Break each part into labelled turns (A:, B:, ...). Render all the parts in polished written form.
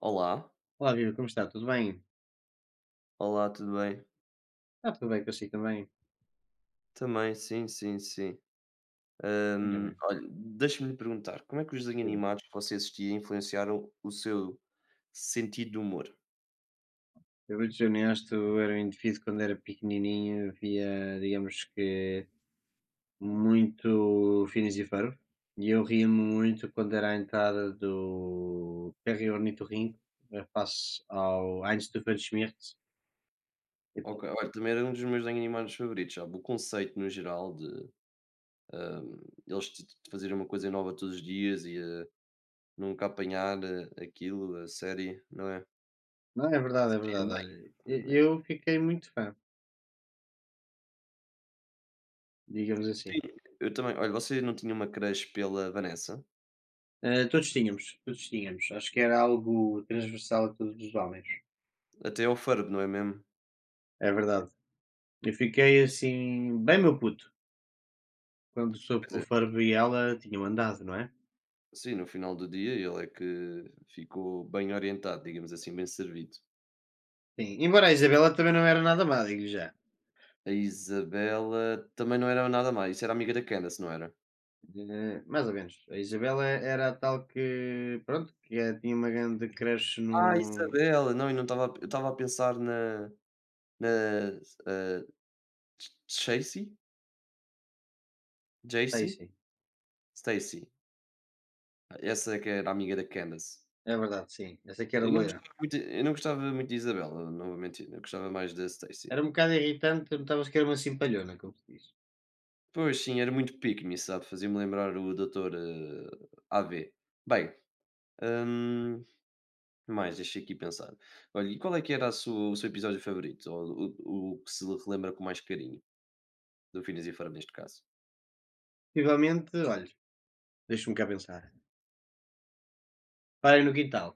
A: Olá,
B: Olá, viva, como está? Tudo bem?
A: olá, tudo bem?
B: Está tudo bem consigo também?
A: Também, sim, sim, sim.
B: Ainda bem.
A: Olha, deixa-me lhe perguntar, como é que os desenhos
B: Ainda bem.
A: animados que você assistia influenciaram o seu sentido de humor?
B: Eu vou-te ser honesto, eu era um indivíduo quando era pequenininho, via, digamos que, muito finis e Ferb. E eu ria-me muito quando era a entrada do Perry Ornitorrinco face ao Heinz Doofenshmirtz. E
A: Ok,
B: pronto.
A: olha, também era um dos meus desenhos animados favoritos, sabe? O conceito no geral de eles te fazerem uma coisa nova todos os dias e nunca apanhar aquilo, a série, não é?
B: Não, é verdade, é
A: Eu
B: verdade.
A: também,
B: Olha, eu fiquei muito fã, digamos
A: sim,
B: assim.
A: eu também. Olha, você não tinha uma crush pela Vanessa?
B: Todos tínhamos, todos tínhamos. Acho que era algo transversal a todos os homens.
A: Até ao Ferb, não é mesmo?
B: É verdade. Eu fiquei assim, bem meu puto, quando soube que o Ferb e ela tinham andado, não é?
A: Sim, no final do dia ele é que ficou bem orientado, digamos assim, bem servido.
B: Sim, embora a Isabela também não era nada má, digo já.
A: A Isabela também não era nada mais, isso era amiga da Candace, não era?
B: Mais ou menos. A Isabela era a tal que, pronto, que tinha uma grande crush
A: Ah,
B: no
A: Isabela! Não, eu não estava eu estava a pensar na na, ah, Ch Chacey? Jacey?
B: Stacy.
A: Stacy. Essa é que era amiga da Candace.
B: É verdade, sim. Essa que era loira.
A: Eu não gostava muito de Isabela, não vou mentir, eu gostava mais da Stacy.
B: Era um bocado irritante, eu notava-se que era uma simpalhona, como se diz.
A: Pois sim, era muito pick me, sabe, fazia-me lembrar o doutor, A V bem, hum mais, deixa aqui pensar. Olha, e qual é que era a o seu episódio favorito? Ou o que se lhe relembra com mais carinho? Do Finas e Ferb, neste caso.
B: Possivelmente, olha, deixa-me cá pensar. Praia no quintal.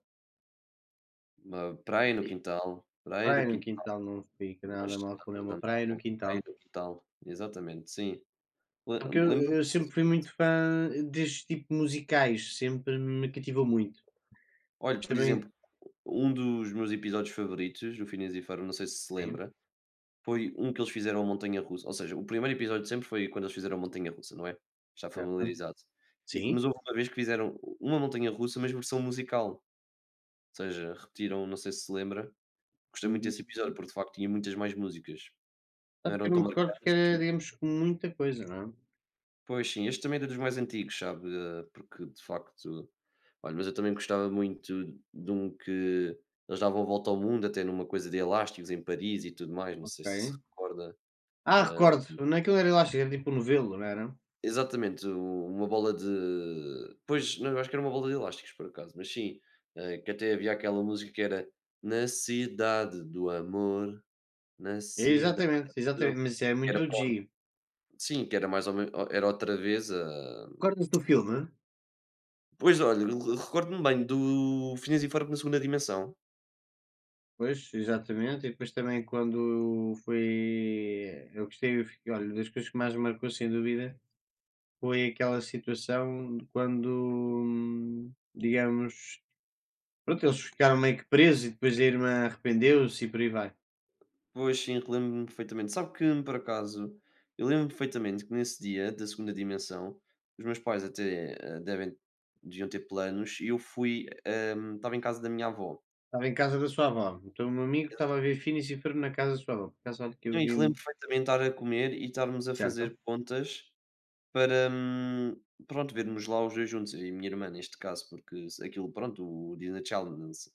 A: Uma praia no
B: E
A: quintal. Praia do
B: praia no
A: quintal.
B: quintal não fica
A: Não
B: nada mal
A: está
B: com nenhuma
A: nada
B: praia no
A: mal. Praia
B: quintal.
A: do quintal. Exatamente, sim. Le-
B: É. Porque eu
A: Lembro-me
B: eu sempre
A: disso.
B: fui muito fã destes tipo musicais, sempre me cativou muito.
A: Olha,
B: Mas
A: por
B: também
A: exemplo, um dos meus episódios favoritos do Finas e Ferb, não sei se se
B: sim,
A: lembra, foi um que eles fizeram a Montanha Russa. Ou seja, o primeiro episódio sempre foi quando eles fizeram a Montanha Russa, não é? Está
B: exato.
A: familiarizado.
B: Sim.
A: Mas houve uma vez que fizeram uma Montanha Russa, mas versão musical, seja, repetiram, não sei se se lembra, gostei muito
B: Hum,
A: desse episódio, porque de facto tinha muitas mais músicas, não
B: sabe que eu
A: eram
B: não
A: tão
B: me recordo porque
A: marcantes.
B: era, digamos, com muita coisa, não é?
A: Pois sim, este também é dos mais antigos, sabe? Porque de facto, olha, mas eu também gostava muito de um que eles davam a volta ao mundo, até numa coisa de elásticos em Paris e tudo mais, não sei se se
B: Ok.
A: recorda.
B: Ah, recordo,
A: Eh,
B: naquilo era elástico, era tipo um novelo, não era?
A: exatamente, Uma bola de. Pois, não, eu acho que era uma bola de elásticos por acaso, mas sim, que até havia aquela música que era Na Cidade do Amor, na
B: É,
A: Cidade.
B: exatamente, exatamente, mas isso é
A: Que era
B: muito o
A: pronto,
B: G.
A: sim, que era mais ou men era outra vez a
B: Recordas do filme?
A: pois, olha, re recordo-me bem do Phineas e Ferb na Segunda Dimensão.
B: Pois, exatamente, e depois também quando foi eu gostei, eu fiquei olha, das coisas que mais me marcou sem dúvida foi aquela situação de quando, digamos, pronto, eles ficaram meio que presos e depois a irmã arrependeu-se e por aí vai.
A: Pois sim, lembro me perfeitamente. Sabe que por acaso, eu lembro-me perfeitamente que nesse dia da Segunda Dimensão, os meus pais até, devem deviam ter planos e eu fui, estava em casa da minha avó.
B: Estava em casa da sua avó, então o meu amigo estava a ver finis e Ferb na casa da sua avó. Por acaso, olha que eu
A: Eu
B: vi
A: relembro
B: um,
A: perfeitamente estar a comer e estarmos a
B: certo?
A: fazer contas para, pronto, vermos lá os 2 juntos, eu e a minha irmã neste caso, porque se aquilo pronto, o Disney Challenge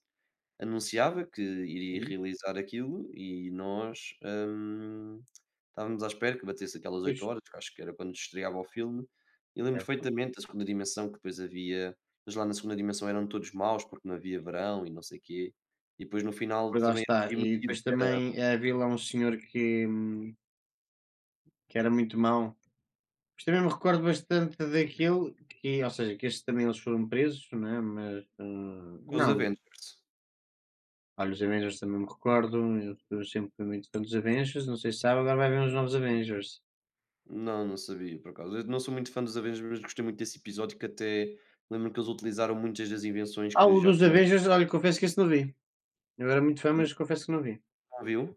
A: anunciava que iria
B: Uhum.
A: realizar aquilo e nós, estávamos à espera que batesse aquelas
B: Pois,
A: 8 horas, que acho que era quando estreava o filme, e lembro
B: certo.
A: perfeitamente da segunda dimensão que depois havia, mas lá na segunda dimensão eram todos maus, porque não havia verão e não sei quê, e depois no final
B: Pois lá
A: também
B: está.
A: era
B: E
A: emotivo,
B: depois
A: que era
B: também havia lá um senhor que era muito mau. Mas também me recordo bastante daquele que, ou seja, que estes também eles foram presos, né? Mas,
A: com os
B: não.
A: Avengers.
B: Olha, os Avengers também me recordo, eu sempre fui muito fã dos Avengers, não sei se sabe, agora vai haver uns novos Avengers.
A: Não, não sabia por acaso. Eu não sou muito fã dos Avengers, mas gostei muito desse episódio que até lembro que eles utilizaram muitas das invenções
B: Ah,
A: que
B: o
A: já
B: dos
A: tinham.
B: Avengers, olha, confesso que esse não vi. Eu era muito fã,
A: Não
B: mas confesso que não vi.
A: viu?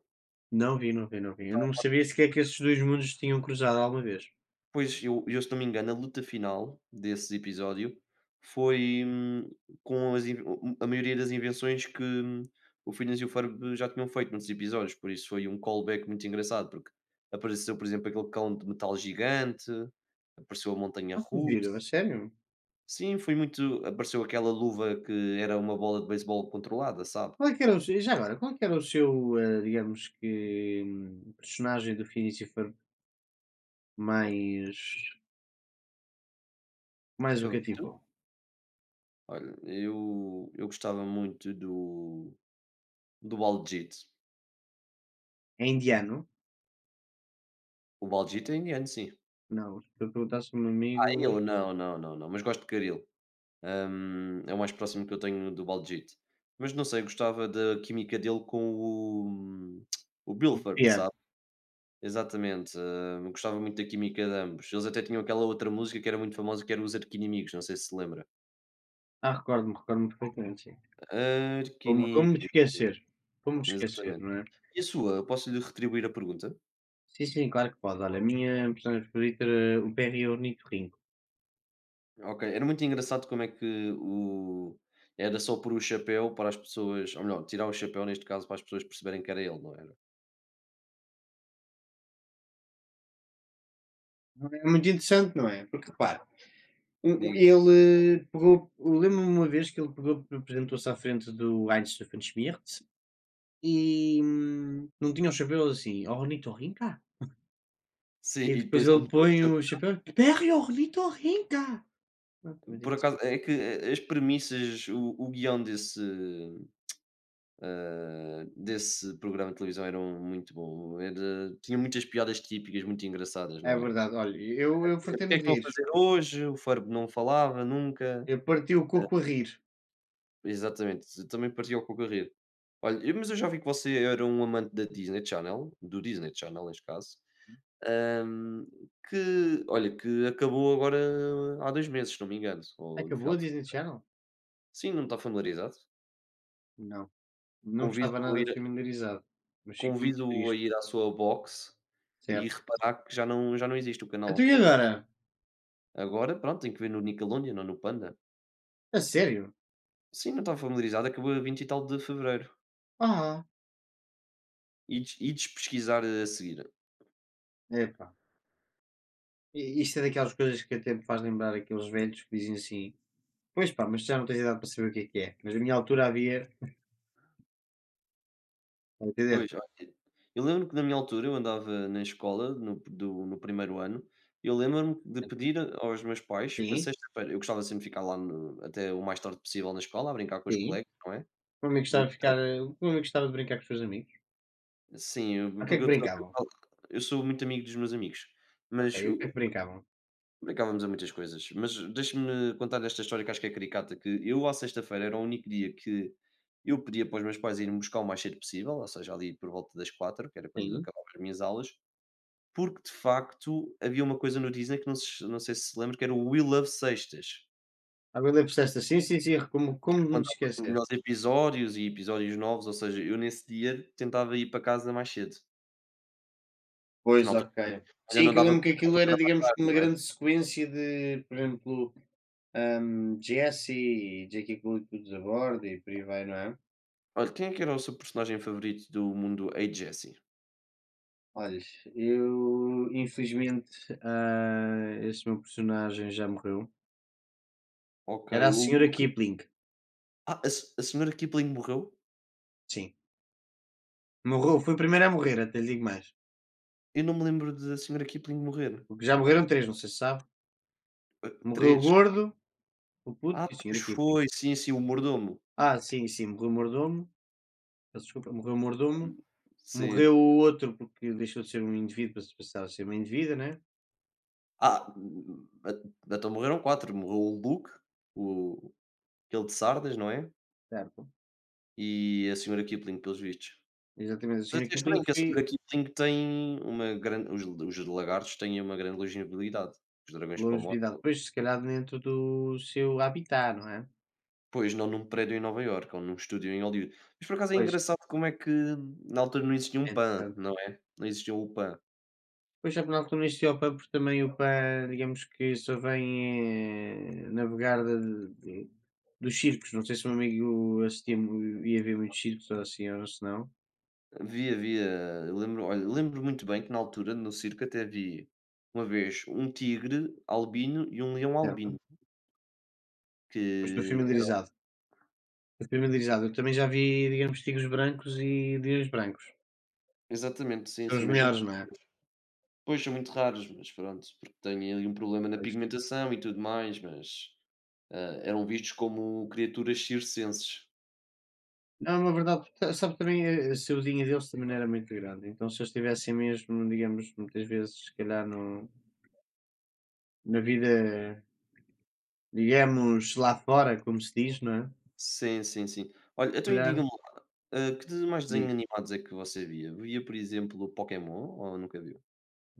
B: Não vi, não vi, não vi. Eu não sabia sequer que esses dois mundos tinham cruzado alguma vez.
A: Pois, eu se não me engano, a luta final desse episódio foi, com as inven a maioria das invenções que, o Phineas e o Ferb já tinham feito noutros episódios, por isso foi um callback muito engraçado, porque apareceu, por exemplo, aquele cão de metal gigante, apareceu a montanha
B: Ah, que giro, a
A: russa,
B: sério?
A: sim, foi muito, apareceu aquela luva que era uma bola de beisebol controlada, sabe?
B: Qual é que era o seu já agora, qual é que era o seu, digamos que, personagem do Phineas e Ferb mais mais o
A: Foi,
B: cativou?
A: olha, eu gostava muito do Baljit.
B: É indiano?
A: O Baljit é indiano, sim.
B: Não, se eu perguntasse a um
A: Ah,
B: amigo,
A: eu não, não, não, não, mas gosto de caril. É o mais próximo que eu tenho do Baljeet. Mas não sei, gostava da química dele com o, o
B: o
A: Bilford,
B: piano.
A: sabe? Exatamente, gostava muito da química de ambos. Eles até tinham aquela outra música que era muito famosa, que era os Arquinimigos, não sei se se lembra.
B: Ah, recordo-me, recordo-me perfeitamente, sim. Como? Como me
A: Arquinimigos,
B: esquecer? Como me esquecer,
A: exatamente.
B: não é?
A: E a sua? Posso-lhe retribuir a pergunta?
B: Sim, sim, claro que pode. Olha, a minha personagem favorita era o Perry é o Ornitorrinco.
A: Ok, era muito engraçado como é que o... Era só pôr o chapéu para as pessoas, ou melhor, tirar o chapéu neste caso para as pessoas perceberem que era ele, não era?
B: É muito interessante, não é? Porque repara, o
A: Diga.
B: ele pegou, eu lembro-me uma vez que ele pegou, apresentou-se à frente do Heinz Stephanschmidt e, não tinha o chapéu, ele assim: "Ornitorrinca?"
A: Sim,
B: E
A: e
B: depois
A: depois ele
B: ele
A: meteu o
B: põe
A: chapéu.
B: o chapéu: "Perry Ornitorrinca!" Pronto, muito
A: Por acaso,
B: interessante.
A: é que as premissas, o guião desse, desse programa de televisão eram muito bom. Era, tinha muitas piadas típicas, muito engraçadas,
B: É
A: não é?
B: verdade, olha, eu
A: Assim, porque
B: fartei-me
A: é que
B: de
A: estão a
B: rir.
A: fazer hoje? O Ferb não falava nunca.
B: Eu parti o
A: Ah,
B: coco a rir.
A: exatamente, eu também partiu ao Cocarrir. Olha, mas eu já vi que você era um amante da Disney Channel, do Disney Channel, neste caso. ahm, que, olha, que acabou agora há 2 meses, se não me engano, ou no
B: Acabou
A: final.
B: a Disney Channel?
A: Sim, não está familiarizado.
B: Não. Não estava
A: Convido-o a
B: nada
A: ir
B: familiarizado, mas fico muito
A: Convido-o a
B: triste,
A: ir à sua box e
B: certo.
A: reparar que já não existe o
B: Então
A: canal.
B: e
A: Foi
B: agora?
A: agora, pronto, tem que ver no Nickelodeon ou no Panda.
B: A sério?
A: Sim, não está familiarizado, acabou a 20 e tal de fevereiro.
B: Ah.
A: Ides e pesquisar a seguir.
B: Epá, i isto é daquelas coisas que até me faz lembrar aqueles velhos que dizem assim: "Pois pá, mas tu já não tens idade para saber o que é que é". Mas na minha altura havia, a entender?
A: Pois, olha, eu lembro que na minha altura eu andava na escola, no primeiro ano, eu lembro-me de
B: Então
A: pedir aos meus pais para
B: sim,
A: sexta-feira. Eu gostava sempre de ficar lá no, até o mais tarde possível, na escola a brincar com os
B: sim.
A: colegas, não é?
B: O meu amigo gostava de ficar o meu amigo gostava de brincar com os seus amigos.
A: Sim,
B: Ah,
A: eu,
B: o que é
A: porque
B: que
A: eu sou
B: brincavam?
A: eu sou muito amigo dos meus amigos,
B: Ok,
A: mas
B: o que é
A: o
B: que brincavam?
A: brincávamos a muitas coisas. Mas deixa-me contar esta história que acho que é caricata, que eu à sexta-feira era o único dia que eu pedia para os meus pais irem buscar o mais cedo possível, ou seja, ali por volta das quatro que era quando
B: Sim.
A: acabavam as minhas aulas, porque de facto havia uma coisa no Disney que não sei se se lembra, que era o We Love Sextas,
B: Ah, bem lembro-se desta. Sim, sim, sim, como como
A: era
B: me
A: quando davam os
B: esquecer.
A: melhores episódios e episódios novos, ou seja, eu nesse dia tentava ir para casa mais cedo, porque na
B: Pois,
A: altura
B: ok.
A: já
B: Sim,
A: não
B: que eu
A: dava
B: lembro que
A: para olhar o
B: aquilo era,
A: programa à
B: digamos, que
A: tarde,
B: uma
A: não é?
B: grande sequência de, por exemplo, Jesse Jackie J.K. Rowling todos a bordo e por aí vai, não é?
A: Olha, quem é que era o seu personagem favorito do mundo Hey Jesse?
B: Olha, eu infelizmente este meu personagem já morreu.
A: Ok,
B: Era a
A: o
B: senhora
A: Luke.
B: Kipling,
A: Ah, a, se- a senhora Kipling morreu?
B: sim. Morreu, foi a primeira a morrer, até lhe digo mais.
A: Eu não me lembro da senhora Kipling morrer.
B: Porque já morreram três, não sei se sabe.
A: Ah,
B: Morreu o
A: três?
B: gordo, o puto
A: Ah,
B: e a
A: pois
B: senhora Kipling.
A: foi, sim, sim, o mordomo.
B: Ah, sim, sim, morreu o mordomo. Peço desculpa, morreu o mordomo.
A: Sim.
B: Morreu o outro porque deixou de ser um indivíduo para se passar a ser uma indevida, né.
A: Ah, então morreram quatro. Morreu o Luke, o, aquele de Sardas, não é?
B: Certo.
A: E a senhora Kipling, pelos vistos.
B: Exatamente, a
A: Mas
B: senhora
A: até é estranho
B: Quintanilha
A: que a
B: foi
A: senhora Kipling tem uma grande. Os lagartos têm uma grande legibilidade. Os dragões de Komodo.
B: longevidade, depois se calhar dentro do seu habitat, não é?
A: Pois, não num prédio em Nova Iorque ou num estúdio em Hollywood. Mas por acaso é
B: Pois,
A: engraçado como é que na altura não existia um
B: é
A: PAN,
B: interessante.
A: não é? Não existia o PAN.
B: Pois sabe, na altura este IOPAM, porque também o PAN digamos que só vem, navegar de dos circos, não sei se o meu amigo assistia mu ia ver muitos circos ou assim ou se não.
A: Havia, havia, eu lembro, olha, lembro muito bem que na altura no circo até havia uma vez um tigre albino e um leão albino,
B: Certo. Pois estou
A: que
B: familiarizado, estou familiarizado. Eu também já vi, digamos, tigres brancos e leões brancos.
A: exatamente, sim,
B: São
A: sim,
B: os
A: mas são,
B: melhores, não é?
A: pois, são muito raros, mas pronto, porque têm ali um problema na
B: Pois.
A: pigmentação e tudo mais, mas eram vistos como criaturas circenses.
B: Não, na verdade, sabe também a saudinha deles também não era muito grande. Então, se eles estivessem mesmo, digamos, muitas vezes, se calhar, no, na vida, digamos, lá fora, como se diz, não é?
A: Sim, sim, sim. Olha,
B: Se
A: então e
B: calhar,
A: diga-me lá, que de mais desenhos
B: digo,
A: animados é que você via? Via, por exemplo, Pokémon ou nunca viu?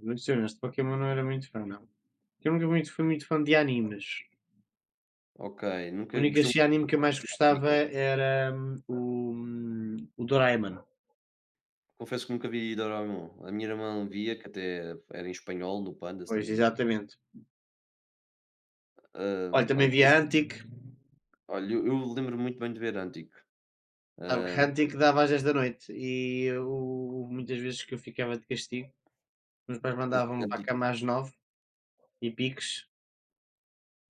B: mas sou honesto, Pokémon não era muito fã, não. Eu nunca muito, fui muito fã de animes.
A: Ok,
B: O
A: nunca
B: único
A: gostou
B: assim, anime que eu
A: muito da
B: mais gostava
A: asiática.
B: era o Doraemon.
A: Confesso que nunca vi Doraemon. A minha irmã via, que até era em espanhol, no Panda, se não
B: Pois,
A: me engano.
B: exatamente.
A: Ah,
B: Olha,
A: olha,
B: também via Antic,
A: olha, eu lembro muito bem de ver Antico.
B: sabe que
A: Ah,
B: Antic dava às 10 da noite e muitas vezes que eu ficava de castigo. Depois
A: por ver
B: mandavam-me para a
A: Antico,
B: cama às 9 e piques,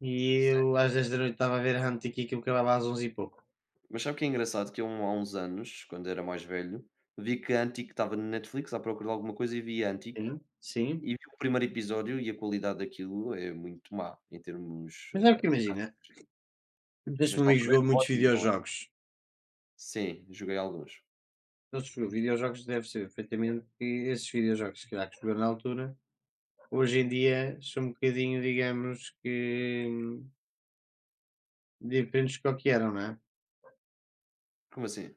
B: e
A: sim.
B: eu às 10 noite estava a ver a Hunt e Kiki, acabava às 11 e pouco.
A: Mas sabe o que é engraçado? Que eu, há uns anos, quando era mais velho, vi que Antico estava no Netflix à procura de alguma coisa e vi Antico.
B: Sim, sim.
A: E vi o primeiro episódio e a qualidade daquilo é muito má em termos,
B: Mas é porque imagina,
A: mas
B: este
A: na
B: meu amigo
A: altura
B: jogou
A: era
B: muitos
A: ótimo, não é?
B: videojogos.
A: Sim, joguei alguns.
B: Ele jogou videojogos, deve ser perfeitamente que esses videojogos se calhar que jogou na altura, hoje em dia são um bocadinho, digamos que, diferentes do que eram, não é?
A: Como assim?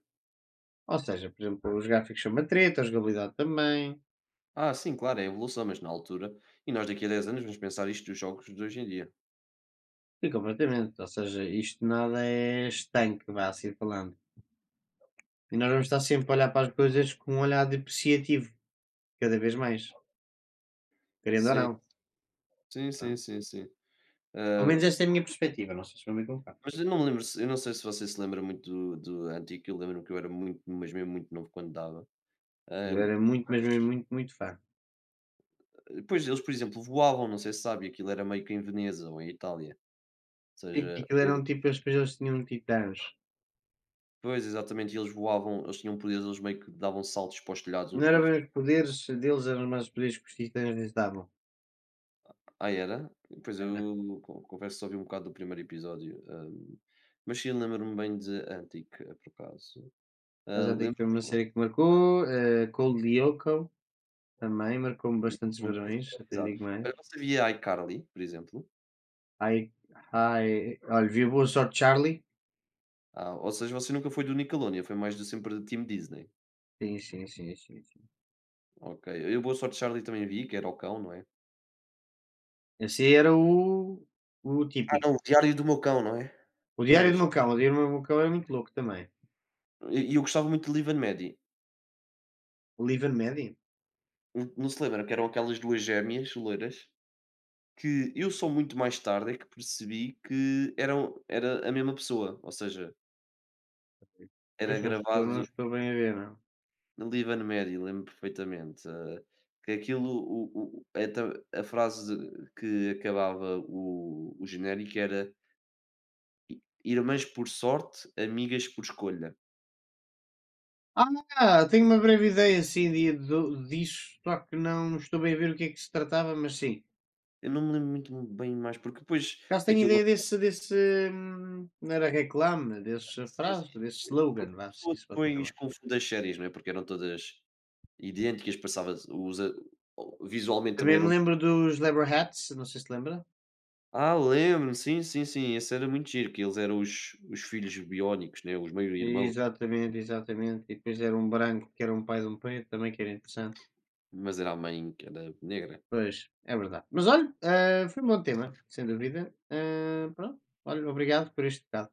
B: Ou seja, por exemplo, os gráficos são uma treta, a jogabilidade também,
A: Ah, sim, claro, é a evolução, mas na altura e nós daqui a 10 anos vamos pensar isto dos jogos de hoje em dia.
B: e completamente, ou seja, isto nada é estanque, vá assim falando. E nós vamos estar sempre a olhar para as coisas com um olhar depreciativo, cada vez mais, querendo ou
A: Sim,
B: não.
A: sim, sim,
B: Pronto.
A: sim, sim.
B: Pelo
A: Ah,
B: menos esta é a minha perspectiva, não sei se vão me concorda.
A: mas eu não sei se você se lembra muito do antigo, eu lembro-me que eu era muito, mas mesmo muito novo quando dava.
B: Eu
A: Ah, mas,
B: era muito, mas mesmo muito, muito fã.
A: pois, eles, por exemplo, voavam, não sei se sabe, aquilo era meio que em Veneza ou em Itália, ou
B: Tipo, que
A: seja,
B: aquilo
A: eu.
B: eram tipo, as pessoas tinham titãs.
A: Pois, exatamente, e eles voavam, eles tinham poderes, eles meio que davam saltos para os telhados
B: Não
A: uns
B: eram
A: dos
B: bem os
A: outros.
B: poderes deles, eram mais os poderes que os titãs lhes davam.
A: Ah, era? Pois
B: Era.
A: eu co confesso que só vi um bocado do primeiro episódio, mas sim, lembro-me bem de Antic, por acaso.
B: Eu
A: Ah,
B: já digo que foi uma
A: lembro-me,
B: série que marcou. Cold Lyoko também marcou-me bastantes
A: não estou
B: varões, até lhe
A: familiarizado.
B: digo mais.
A: Olha, você via iCarly, por exemplo?
B: Ai, ai, olha, vi a Boa Sorte Charlie.
A: Ah, ou seja, você nunca foi do Nickelodeon, foi mais do, sempre do Team Disney.
B: Sim, sim, sim, sim, sim.
A: Ok. Eu Boa Sorte Charlie também vi, que era o cão, não é?
B: Esse era o
A: Ah
B: típico.
A: não, o Diário do Meu Cão, não é?
B: O Diário de
A: Pois.
B: um Cão, o Diário de um Cão é muito louco também.
A: E eu gostava muito de Liv and Maddie.
B: O Live and Medium?
A: Não, não se lembra que eram aquelas 2 gêmeas loiras? Que eu só muito mais tarde é que percebi que era a mesma pessoa, ou seja, era
B: Pois, não estou, não
A: gravado
B: estou bem a ver, não.
A: na Live and Mary, lembro perfeitamente, que aquilo o então a frase que acabava o genérico era: "I irmãs por sorte, amigas por escolha".
B: Ah, tenho uma breve ideia, assim, de, disso, só que não estou bem a ver o que é que se tratava, mas sim.
A: Eu não me lembro muito bem mais, porque depois
B: Caso tenho
A: aquilo
B: ideia desse, desse, não era reclame, desse
A: sim,
B: frase,
A: sim,
B: desse
A: porque a
B: slogan, vá, se
A: pessoa
B: isso pode
A: depois
B: chamar.
A: confunde as séries, não é, porque eram todas idênticas, passava os a visualmente também
B: Também me
A: eram.
B: lembro dos Leather Hats, não sei se lembra.
A: Ah, lembro sim, sim, sim, esse era muito giro, que eles eram os filhos biónicos, né? Os meio-irmãos,
B: Exatamente, exatamente. E depois era um branco que era um pai de um preto, também que era interessante.
A: mas era a mãe que era negra.
B: Pois, é verdade. Mas olha, foi um bom tema, sem dúvida. Pronto, olha, obrigado por este bocado.